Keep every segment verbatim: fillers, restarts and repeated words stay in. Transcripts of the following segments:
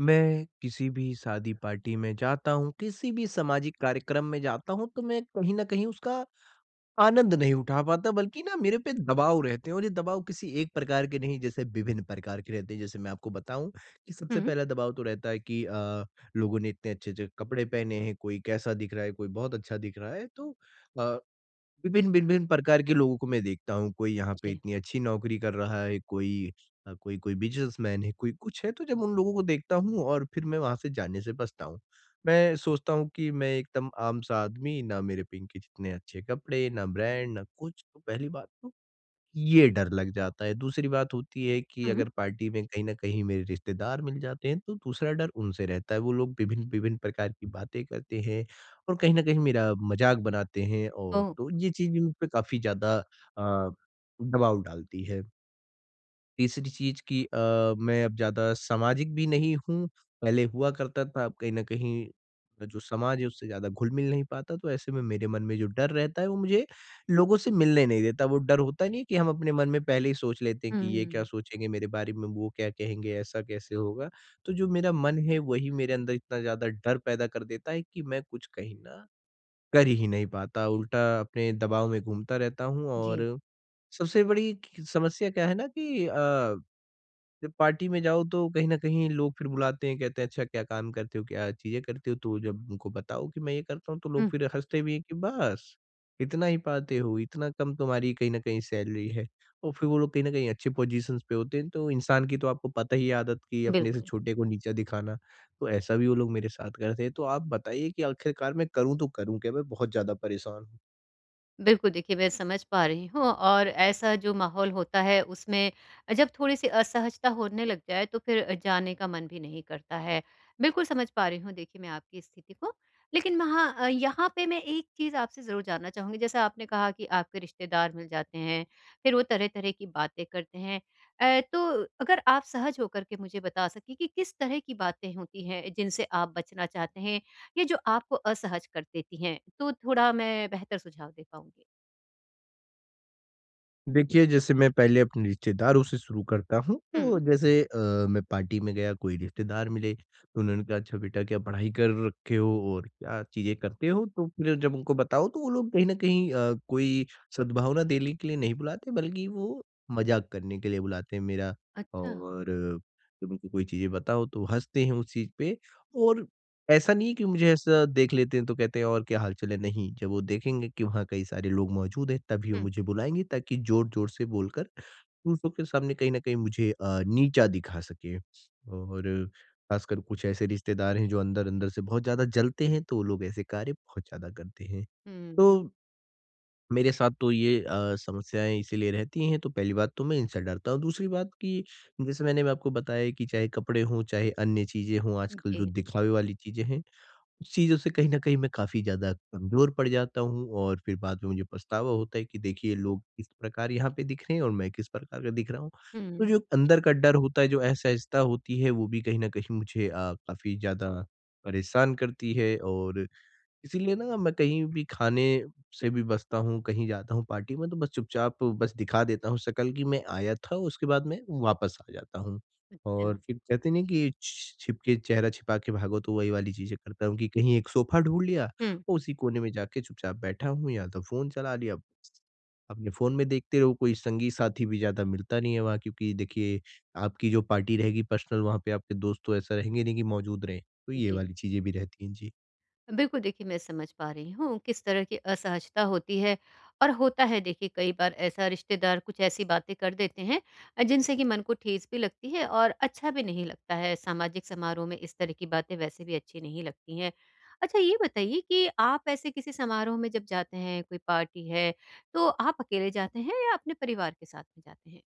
मैं किसी भी शादी पार्टी में जाता हूँ, किसी भी सामाजिक कार्यक्रम में जाता हूँ, तो मैं कहीं न कहीं उसका आनंद नहीं उठा पाता, बल्कि ना मेरे पे दबाव रहते हैं और ये दबाव किसी एक प्रकार के नहीं, जैसे विभिन्न प्रकार के रहते हैं। जैसे मैं आपको बताऊँ कि सबसे हुँ। पहला दबाव तो रहता है कि अ, लोगों ने इतने अच्छे-अच्छे कपड़े पहने हैं, कोई कैसा दिख रहा है, कोई बहुत अच्छा दिख रहा है। तो अ, विभिन्न विभिन्न प्रकार के लोगों को मैं देखता हूँ, कोई यहाँ पे जी। इतनी अच्छी नौकरी कर रहा है, कोई अ, कोई कोई बिज़नेसमैन है, कोई कुछ है, तो जब उन लोगों को देखता हूँ और फिर मैं वहाँ से जाने से बचता हूँ। मैं सोचता हूँ कि मैं एकदम आम-सा आदमी, ना मेरे पे इनके जितने अच्छे कपड़े, ना ब्रांड, ना कुछ। तो पहली बात तो ये डर लग जाता है। दूसरी बात होती है कि हुँ। अगर पार्टी में कहीं न कहीं मेरे रिश्तेदार मिल जाते हैं, तो दूसरा डर उनसे रहता है। वो लोग विभिन्न-विभिन्न प्रकार की बातें करते हैं और कहीं न कहीं मेरा मज़ाक बनाते हैं और ओह! तो ये चीज़ भी मुझ पे काफ़ी ज़्यादा अ, दबाव डालती है। तीसरी चीज़ कि अ, मैं अब ज़्यादा सामाजिक भी नहीं हूँ, पहले हुआ करता था, अब कहीं न कहीं जो समाज है उससे ज़्यादा घुल-मिल नहीं पाता, तो ऐसे में मेरे मन में जो डर रहता है वो मुझे लोगों से मिलने नहीं देता। वो डर होता नहीं है कि हम अपने मन में पहले ही सोच लेते हैं कि ये क्या हुँ। सोचेंगे मेरे बारे में, वो क्या कहेंगे, ऐसा कैसे होगा? तो जो मेरा मन है वही मेरे अंदर इतना ज़्यादा डर पैदा कर देता है कि मैं कुछ कहीं न कर ही नहीं पाता, उल्टा अपने दबाव में घूमता रहता हूँ और जी। सबसे बड़ी क समस्या क्या है ना कि अ जब पार्टी में जाओ तो कहीं न कहीं लोग फिर बुलाते हैं, कहते हैं अच्छा क्या काम करते हो, क्या चीज़ें करते हो? तो जब उनको बताओ कि मैं ये करता हूँ तो लोग हुँ, फिर हँसते भी हैं कि बस, इतना ही पाते हो, इतना कम तुम्हारी कहीं न कहीं सैलरी है। और फिर वो लोग कहीं न कहीं अच्छे पोज़ीशन्स पे होते हैं, तो इंसान की तो आपको पता ही है आदत कि अपने से बिल्कुल। छोटे को नीचा दिखाना, तो ऐसा भी वो लोग मेरे साथ करते हैं। तो आप बताइए कि आखिरकार मैं करूँ तो करूँ क्या? मैं बहुत ज़्यादा परेशान हूँ। बिल्कुल, देखिए मैं समझ पा रही हूँ और ऐसा जो माहौल होता है उसमें जब थोड़ी-सी असहजता होने लग जाए तो फिर जाने का मन भी नहीं करता है। बिल्कुल समझ पा रही हूँ देखिए मैं आपकी स्थिति को। लेकिन वहाँ अ, यहाँ पे मैं एक चीज़ आपसे ज़रूर जानना चाहूँगी जैसा आपने कहा कि आपके रिश्तेदार मिल जाते हैं, फिर वो तरह-तरह की बातें करते हैं। अ, तो अगर आप सहज होकर के मुझे बता सकें कि किस तरह की बातें होती हैं जिनसे आप बचना चाहते हैं? ये जो आपको असहज कर देती हैं, तो थोड़ा मैं बेहतर सुझाव दे पाऊँगी। देखिए, जैसे मैं पहले अपने रिश्तेदारों से शुरू करता हूँ, तो हुँ। जैसे अ, मैं पार्टी में गया, कोई रिश्तेदार मिले, तो उन्होंने कहा, "अच्छा बेटा, क्या पढ़ाई कर रखे हो और क्या चीज़ें करते हो?" तो फिर जब उनको बताओ, तो वो लोग कहीं न कहीं अ, कोई सद्भावना देने के लिए नहीं बुलाते, बल्कि वो मज़ाक करने के लिए बुलाते हैं मेरा अच्छा। और अ, जब उनको कोई चीज़ें बताओ, तो हँसते हैं उस चीज़ पे और ऐसा नहीं है कि मुझे ऐसा देख लेते हैं तो कहते हैं और क्या हाल-चाल है, नहीं, जब वो देखेंगे कि वहाँ कई सारे लोग मौजूद हैं तभी वो हुँ। मुझे बुलाएँगे ताकि ज़ोर-ज़ोर से बोलकर दूसरों के सामने कहीं न कहीं मुझे अ, नीचा दिखा सकें। और ख़ासकर कुछ ऐसे रिश्तेदार हैं जो अंदर-अंदर से बहुत ज़्यादा जलते हैं तो वो लोग ऐसे कार्य बहुत ज़्यादा करते हैं। तो हुँ। मेरे साथ तो ये अ, समस्याएँ इसीलिए रहती हैं तो पहली बात तो मैं इनसे डरता हूँ। दूसरी बात कि जैसे मैंने मैं आपको बताया कि चाहे कपड़े हों, चाहे अन्य चीज़ें हों, आजकल जी। जो दिखावे वाली चीज़ें हैं उस चीज़ों से कहीं न कहीं मैं काफ़ी ज़्यादा कमज़ोर पड़ जाता हूँ और फिर बाद में मुझे पछतावा होता है कि देखिए लोग किस प्रकार यहाँ पे दिख रहे हैं और मैं किस प्रकार का दिख रहा हूँ। तो हुँ। जो अंदर का डर होता है, जो असहजता होती है, वो भी कहीं न कहीं मुझे अ, काफ़ी ज़्यादा परेशान करती है और इसीलिए ना मैं कहीं भी खाने से भी बचता हूँ, कहीं जाता हूँ पार्टी में तो बस चुपचाप बस दिखा देता हूँ शकल कि मैं आया था, उसके बाद मैं वापस आ जाता हूँ। और अच्छा। फिर कहते नहीं कि छ छिपके चेहरा छिपा के भागो तो वही वाली चीज़ें करता हूँ कि कहीं एक सोफ़ा ढूँढ लिया हुँ। और उसी कोने में जाके चुपचाप बैठा हूँ या तो फ़ोन चला लिया। अपने फ़ोन में देखते रहो, कोई संगी साथी भी ज़्यादा मिलता नहीं है वहाँ क्योंकि देखिए आपकी जो पार्टी रहेगी पर्सनल वहाँ पे आपके दोस्त तो ऐसा रहेंगे नहीं कि मौजूद रहें, तो ये जी। वाली चीज़ें भी रहती हैं। जी। बिल्कुल देखिए मैं समझ पा रही हूँ किस तरह की असहजता होती है और होता है देखिए कई बार ऐसा रिश्तेदार कुछ ऐसी बातें कर देते हैं, अ, जिनसे कि मन को ठेस भी लगती है और अच्छा भी नहीं लगता है। सामाजिक समारोह में इस तरह की बातें वैसे भी अच्छी नहीं लगती हैं। अच्छा, ये बताइए कि आप ऐसे किसी समारोह में जब जाते हैं, कोई पार्टी है, तो आप अकेले जाते हैं या अपने परिवार के साथ में जाते हैं?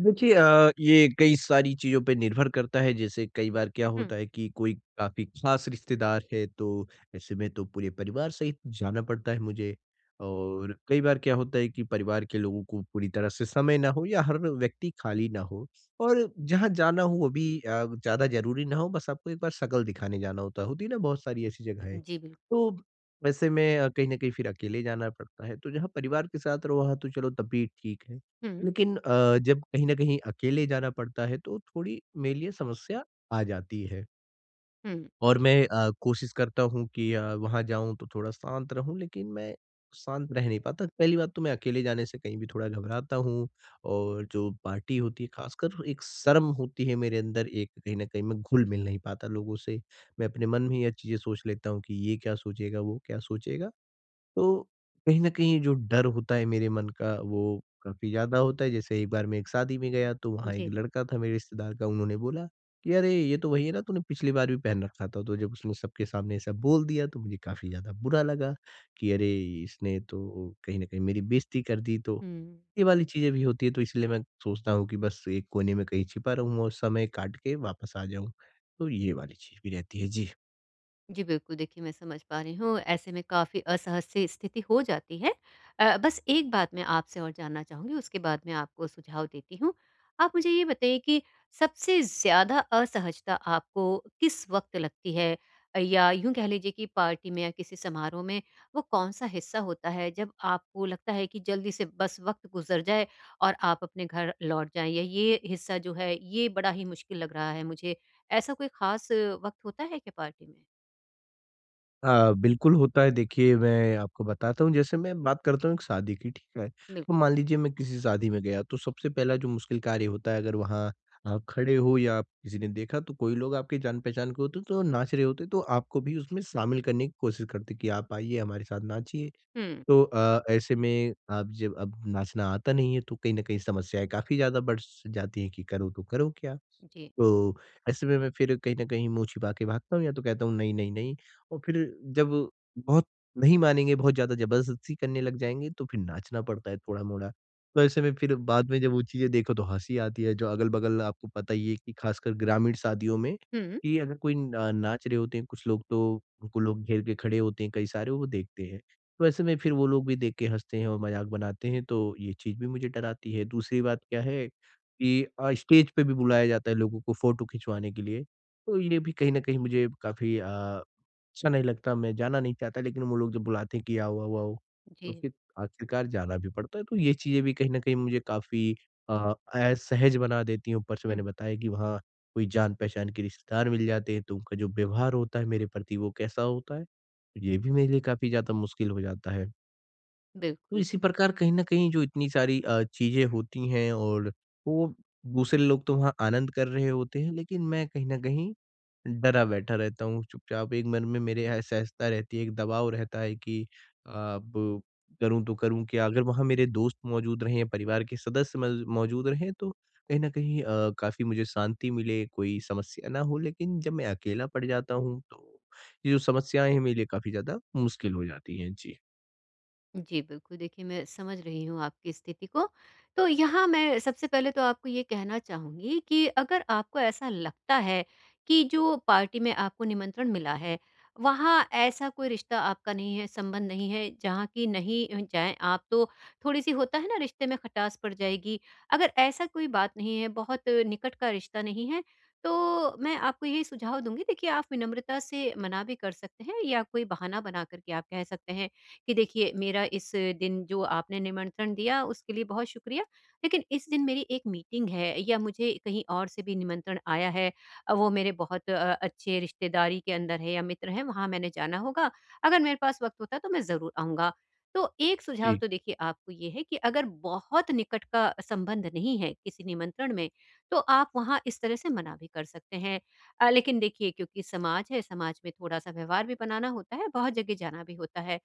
देखिए अ, ये कई सारी चीज़ों पे निर्भर करता है, जैसे कई बार क्या हम्म। होता है कि कोई काफ़ी ख़ास रिश्तेदार है, तो ऐसे में तो पूरे परिवार सहित जाना पड़ता है मुझे। और कई बार क्या होता है कि परिवार के लोगों को पूरी तरह से समय ना हो या हर व्यक्ति खाली ना हो और जहाँ जाना हो वो भी अ, ज़्यादा ज़रूरी ना हो, बस आपको एक बार शक्ल दिखाने जाना होता है, होती है ना बहुत सारी ऐसी जगहें। जी, बिल्कुल। तो वैसे में अ, कहीं न कहीं फिर अकेले जाना पड़ता है, तो जहाँ परिवार के साथ रहो वहाँ तो चलो तब भी ठीक है। हम्म। लेकिन अ, जब कहीं न कहीं अकेले जाना पड़ता है तो थोड़ी मेरे लिए समस्या आ जाती है हम्म। और मैं अ, कोशिश करता हूँ कि अ, वहाँ जाऊँ तो थोड़ा शांत रहूँ लेकिन मैं शांत रह नहीं पाता। पहली बात तो मैं अकेले जाने से कहीं भी थोड़ा घबराता हूँ और जो पार्टी होती है ख़ासकर एक शर्म होती है मेरे अंदर एक कहीं न कहीं मैं घुल-मिल नहीं पाता लोगों से। मैं अपने मन में ही ये चीज़ें सोच लेता हूँ कि ये क्या सोचेगा, वो क्या सोचेगा। तो कहीं न कहीं जो डर होता है मेरे मन का वो काफ़ी ज़्यादा होता है। जैसे एक बार मैं एक शादी में गया तो वहाँ एक जी। लड़का था मेरे रिश्तेदार का उन्होंने बोला कि अरे! ये तो वही है ना तूने पिछली बार भी पहन रखा था। तो जब उसने सबके सामने ऐसा बोल दिया तो मुझे काफ़ी ज़्यादा बुरा लगा कि अरे! इसने तो कहीं न कहीं मेरी बेइज़्ज़ती कर दी। तो हम्म। ये वाली चीज़ें भी होती है तो इसलिए मैं सोचता हूँ कि बस एक कोने में कहीं छिपा रहूँ और समय काट के वापस आ जाऊँ। तो ये वाली चीज़ भी रहती है। जी। जी, बिल्कुल देखिए मैं समझ पा रही हूँ, ऐसे में काफ़ी असहज-सी स्थिति हो जाती है। अ, बस एक बात मैं आपसे और जानना चाहूँगी, उसके बाद मैं आपको सुझाव देती हूँ। आप मुझे ये बताइए कि सबसे ज़्यादा असहजता आपको किस वक़्त लगती है? अ, या यूँ कह लीजिए कि पार्टी में या किसी समारोह में वो कौन-सा हिस्सा होता है जब आपको लगता है कि जल्दी से बस वक़्त गुज़र जाए और आप अपने घर लौट जाएँ, या ये हिस्सा जो है ये बड़ा ही मुश्किल लग रहा है मुझे, ऐसा कोई ख़ास वक़्त होता है क्या पार्टी में? अ, बिल्कुल होता है। देखिए, मैं आपको बताता हूँ, जैसे मैं बात करता हूँ एक शादी की, ठीक है? तो बिल्कुल। मान लीजिए मैं किसी शादी में गया, तो सबसे पहला जो मुश्किल कार्य होता है, अगर वहाँ आप खड़े हो या आप किसी ने देखा, तो कोई लोग आपके जान-पहचान के होते हैं, तो नाच रहे होते हैं, तो आपको भी उसमें शामिल करने की कोशिश करते हैं कि, "आप आइए, हमारे साथ नाचिए।" हुँ। तो अ, ऐसे में आप जब अब नाचना आता नहीं है, तो कहीं न कहीं समस्याएँ काफ़ी ज़्यादा बढ़ स जाती हैं कि करो तो करो क्या? जी। तो ऐसे में मैं फिर कहीं न कहीं मुँह छिपा के भागता हूँ या तो कहता हूँ नहीं, नहीं, नहीं और फिर जब बहुत नहीं मानेंगे, बहुत ज़्यादा ज़बरदस्ती करने लग जाएँगे तो फिर नाचना पड़ता है थोड़ा-मोड़ा। तो ऐसे में फिर बाद में जब वो चीज़ें देखो तो हँसी आती है, जो अगल-बगल आपको पता ही है कि ख़ासकर ग्रामीण शादियों में हुँ। कि अगर कोई अ, नाच रहे होते हैं कुछ लोग तो उनको लोग घेर के खड़े होते हैं कई सारे, वो देखते हैं। तो ऐसे में फिर वो लोग भी देख के हँसते हैं और मज़ाक बनाते हैं, तो ये चीज़ भी मुझे डराती है। दूसरी बात क्या है कि अ, स्टेज पे भी बुलाया जाता है लोगों को फ़ोटो खिंचवाने के लिए। तो ये भी कहीं न कहीं मुझे काफ़ी अ, अच्छा नहीं लगता, मैं जाना नहीं चाहता लेकिन वो लोग जब बुलाते हैं कि आओ, आओ, आओ, तो जी। फिर आखिरकार जाना भी पड़ता है। तो ये चीज़ें भी कहीं न कहीं मुझे काफ़ी अ, असहज बना देती हैं। ऊपर से मैंने हुँ। बताया कि वहाँ कोई जान-पहचान के रिश्तेदार मिल जाते हैं, तो उनका जो व्यवहार होता है मेरे प्रति वो कैसा होता है, तो ये भी मेरे लिए काफ़ी ज़्यादा मुश्किल हो जाता है। तो बिल्कुल। इसी प्रकार कहीं न कहीं जो इतनी सारी अ, चीज़ें होती हैं और वो दूसरे लोग तो वहाँ आनंद कर रहे होते हैं, लेकिन मैं कहीं न कहीं डरा बैठा रहता हूँ चुपचाप। एक मन में मेरे असहजता रहती है, एक दबाव रहता है कि अब करूँ तो करूँ क्या? अगर वहाँ मेरे दोस्त मौजूद रहें, परिवार के सदस्य मज मौजूद रहें तो कहीं न कहीं अ, काफ़ी मुझे शांति मिले, कोई समस्या ना हो। लेकिन जब मैं अकेला पड़ जाता हूँ तो ये जो समस्याएँ हैं मेरे लिए काफ़ी ज़्यादा मुश्किल हो जाती हैं। जी। जी, बिल्कुल देखिए मैं समझ रही हूँ आपकी स्थिति को। तो यहाँ मैं सबसे पहले तो आपको ये कहना चाहूँगी कि अगर आपको ऐसा लगता है कि जो पार्टी में आपको निमंत्रण मिला है, वहाँ ऐसा कोई रिश्ता आपका नहीं है, संबंध नहीं है जहाँ की नहीं अ, जाएँ आप तो थोड़ी-सी होता है ना रिश्ते में खटास पड़ जाएगी। अगर ऐसा कोई बात नहीं है, बहुत निकट का रिश्ता नहीं है, तो मैं आपको यही सुझाव दूँगी, देखिए आप विनम्रता से मना भी कर सकते हैं या कोई बहाना बना कर के आप कह सकते हैं कि देखिए मेरा इस दिन जो आपने निमंत्रण दिया उसके लिए बहुत शुक्रिया, लेकिन इस दिन मेरी एक मीटिंग है या मुझे कहीं और से भी निमंत्रण आया है, अ, वो मेरे बहुत अ, अच्छे रिश्तेदारी के अंदर है या मित्र हैं, वहाँ मैंने जाना होगा। अगर मेरे पास वक्त होता तो मैं ज़रूर आऊँगा। तो एक सुझाव जी, तो देखिए आपको ये है कि अगर बहुत निकट का संबंध नहीं है किसी निमंत्रण में, तो आप वहाँ इस तरह से मना भी कर सकते हैं। अ, लेकिन देखिए क्योंकि समाज है, समाज में थोड़ा-सा व्यवहार भी बनाना होता है, बहुत जगह जाना भी होता है।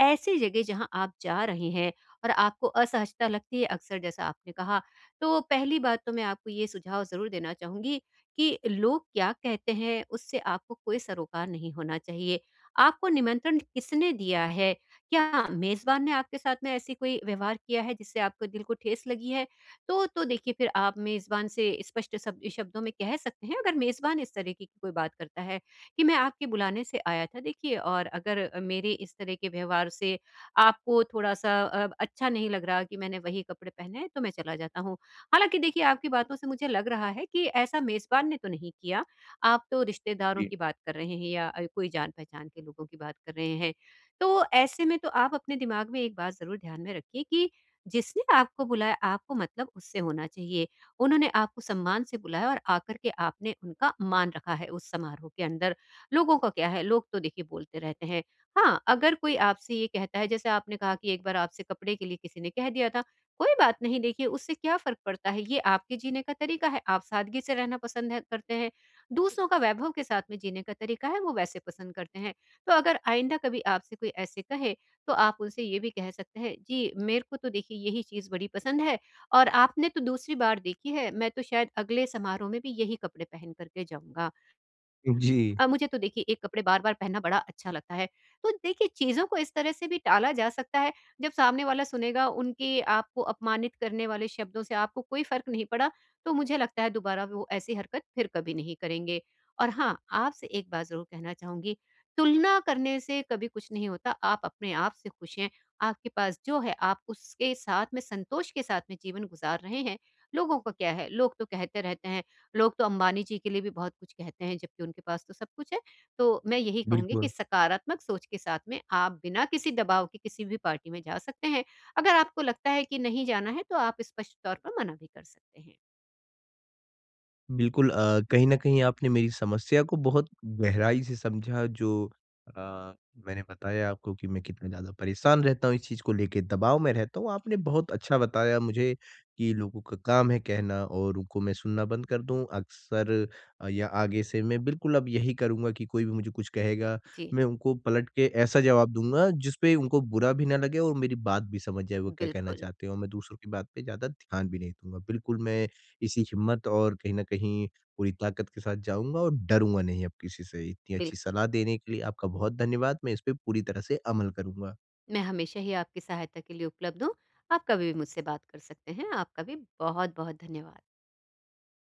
ऐसी जगह जहाँ आप जा रहे हैं और आपको असहजता लगती है अक्सर जैसा आपने कहा, तो पहली बात तो मैं आपको ये सुझाव ज़रूर देना चाहूँगी कि लोग क्या कहते हैं उससे आपको कोई सरोकार नहीं होना चाहिए। आपको निमंत्रण किसने दिया है? क्या मेज़बान ने आपके साथ में ऐसी कोई व्यवहार किया है जिससे आपको दिल को ठेस लगी है? तो तो देखिए फिर आप मेज़बान से स्पष्ट शब्द शब्दों में कह सकते हैं, अगर मेज़बान इस तरीके की कोई बात करता है। कि मैं आपके बुलाने से आया था देखिए, और अगर मेरे इस तरह के व्यवहार से आपको थोड़ा-सा अ, अच्छा नहीं लग रहा कि मैंने वही कपड़े पहने हैं, तो मैं चला जाता हूँ। हालाँकि देखिए आपकी बातों से मुझे लग रहा है कि ऐसा मेज़बान ने तो नहीं किया, आप तो रिश्तेदारों जी। की बात कर रहे हैं या अ, कोई जान-पहचान के लोगों की बात कर रहे हैं। तो ऐसे में तो आप अपने दिमाग में एक बात ज़रूर ध्यान में रखिए कि जिसने आपको बुलाया आपको मतलब उससे होना चाहिए। उन्होंने आपको सम्मान से बुलाया और आकर के आपने उनका मान रखा है उस समारोह के अंदर। लोगों का क्या है, लोग तो देखिए बोलते रहते हैं। हाँ, अगर कोई आपसे ये कहता है जैसे आपने कहा कि एक बार आपसे कपड़े के लिए किसी ने कह दिया था, कोई बात नहीं देखिए, उससे क्या फ़र्क पड़ता है, ये आपके जीने का तरीका है, आप सादगी से रहना पसंद है करते हैं, दूसरों का वैभव के साथ में जीने का तरीका है, वो वैसे पसंद करते हैं। तो अगर आइंदा कभी आपसे कोई ऐसे कहे, तो आप उनसे ये भी कह सकते हैं, "जी, मेरे को तो देखिए यही चीज़ बड़ी पसंद है और आपने तो दूसरी बार देखी है, मैं तो शायद अगले समारोह में भी यही कपड़े पहन कर के जाऊँगा।" जी। अ, मुझे तो देखिए एक कपड़े बार-बार पहनना बड़ा अच्छा लगता है। तो देखिए चीज़ों को इस तरह से भी टाला जा सकता है, जब सामने वाला सुनेगा उनके आपको अपमानित करने वाले शब्दों से आपको कोई फ़र्क नहीं पड़ा, तो मुझे लगता है दोबारा वो ऐसी हरकत फिर कभी नहीं करेंगे। और हाँ, आपसे एक बात ज़रूर कहना चाहूँगी, तुलना करने से कभी कुछ नहीं होता, आप अपने आप से खुश हैं, आपके पास जो है आप उसके साथ में संतोष के साथ में जीवन गुज़ार रहे हैं। लोगों का क्या है, लोग तो कहते रहते हैं। लोग तो अंबानी जी के लिए भी बहुत कुछ कहते हैं, जबकि उनके पास तो सब कुछ है। तो मैं यही कहूँगी कि बिल्कुल, सकारात्मक सोच के साथ में आप बिना किसी दबाव के किसी भी पार्टी में जा सकते हैं। अगर आपको लगता है कि नहीं जाना है, तो आप स्पष्ट तौर पर मना भी कर सकते हैं। बिल्कुल अ, कहीं न कहीं आपने मेरी समस्या को बहुत गहराई से समझा जो अ, मैंने बताया आपको कि मैं कितना ज़्यादा परेशान रहता हूँ इस चीज़ को लेके, दबाव में रहता हूँ। आपने बहुत अच्छा बताया मुझे कि लोगों का काम है कहना और उनको मैं सुनना बंद कर दूँ अक्सर अ, या आगे से मैं बिल्कुल अब यही करूँगा कि कोई भी मुझे कुछ कहेगा, जी, मैं उनको पलट के ऐसा जवाब दूँगा जिसपे उनको बुरा भी ना लगे और मेरी बात भी समझ जाए वो क्या कहना बिल्कुल, चाहते हैं और मैं दूसरों की बात पे ज़्यादा ध्यान भी नहीं दूँगा। बिल्कुल मैं इसी हिम्मत और कहीं न कहीं पूरी ताकत के साथ जाऊँगा और डरूँगा नहीं अब किसी से। इतनी अच्छी बिल्कुल। सलाह देने के लिए आपका बहुत धन्यवाद। मैं इस पे पूरी तरह से अमल करूँगा। मैं हमेशा ही आपकी सहायता के लिए उपलब्ध हूँ। आप कभी भी मुझसे बात कर सकते हैं। आपका भी बहुत-बहुत धन्यवाद।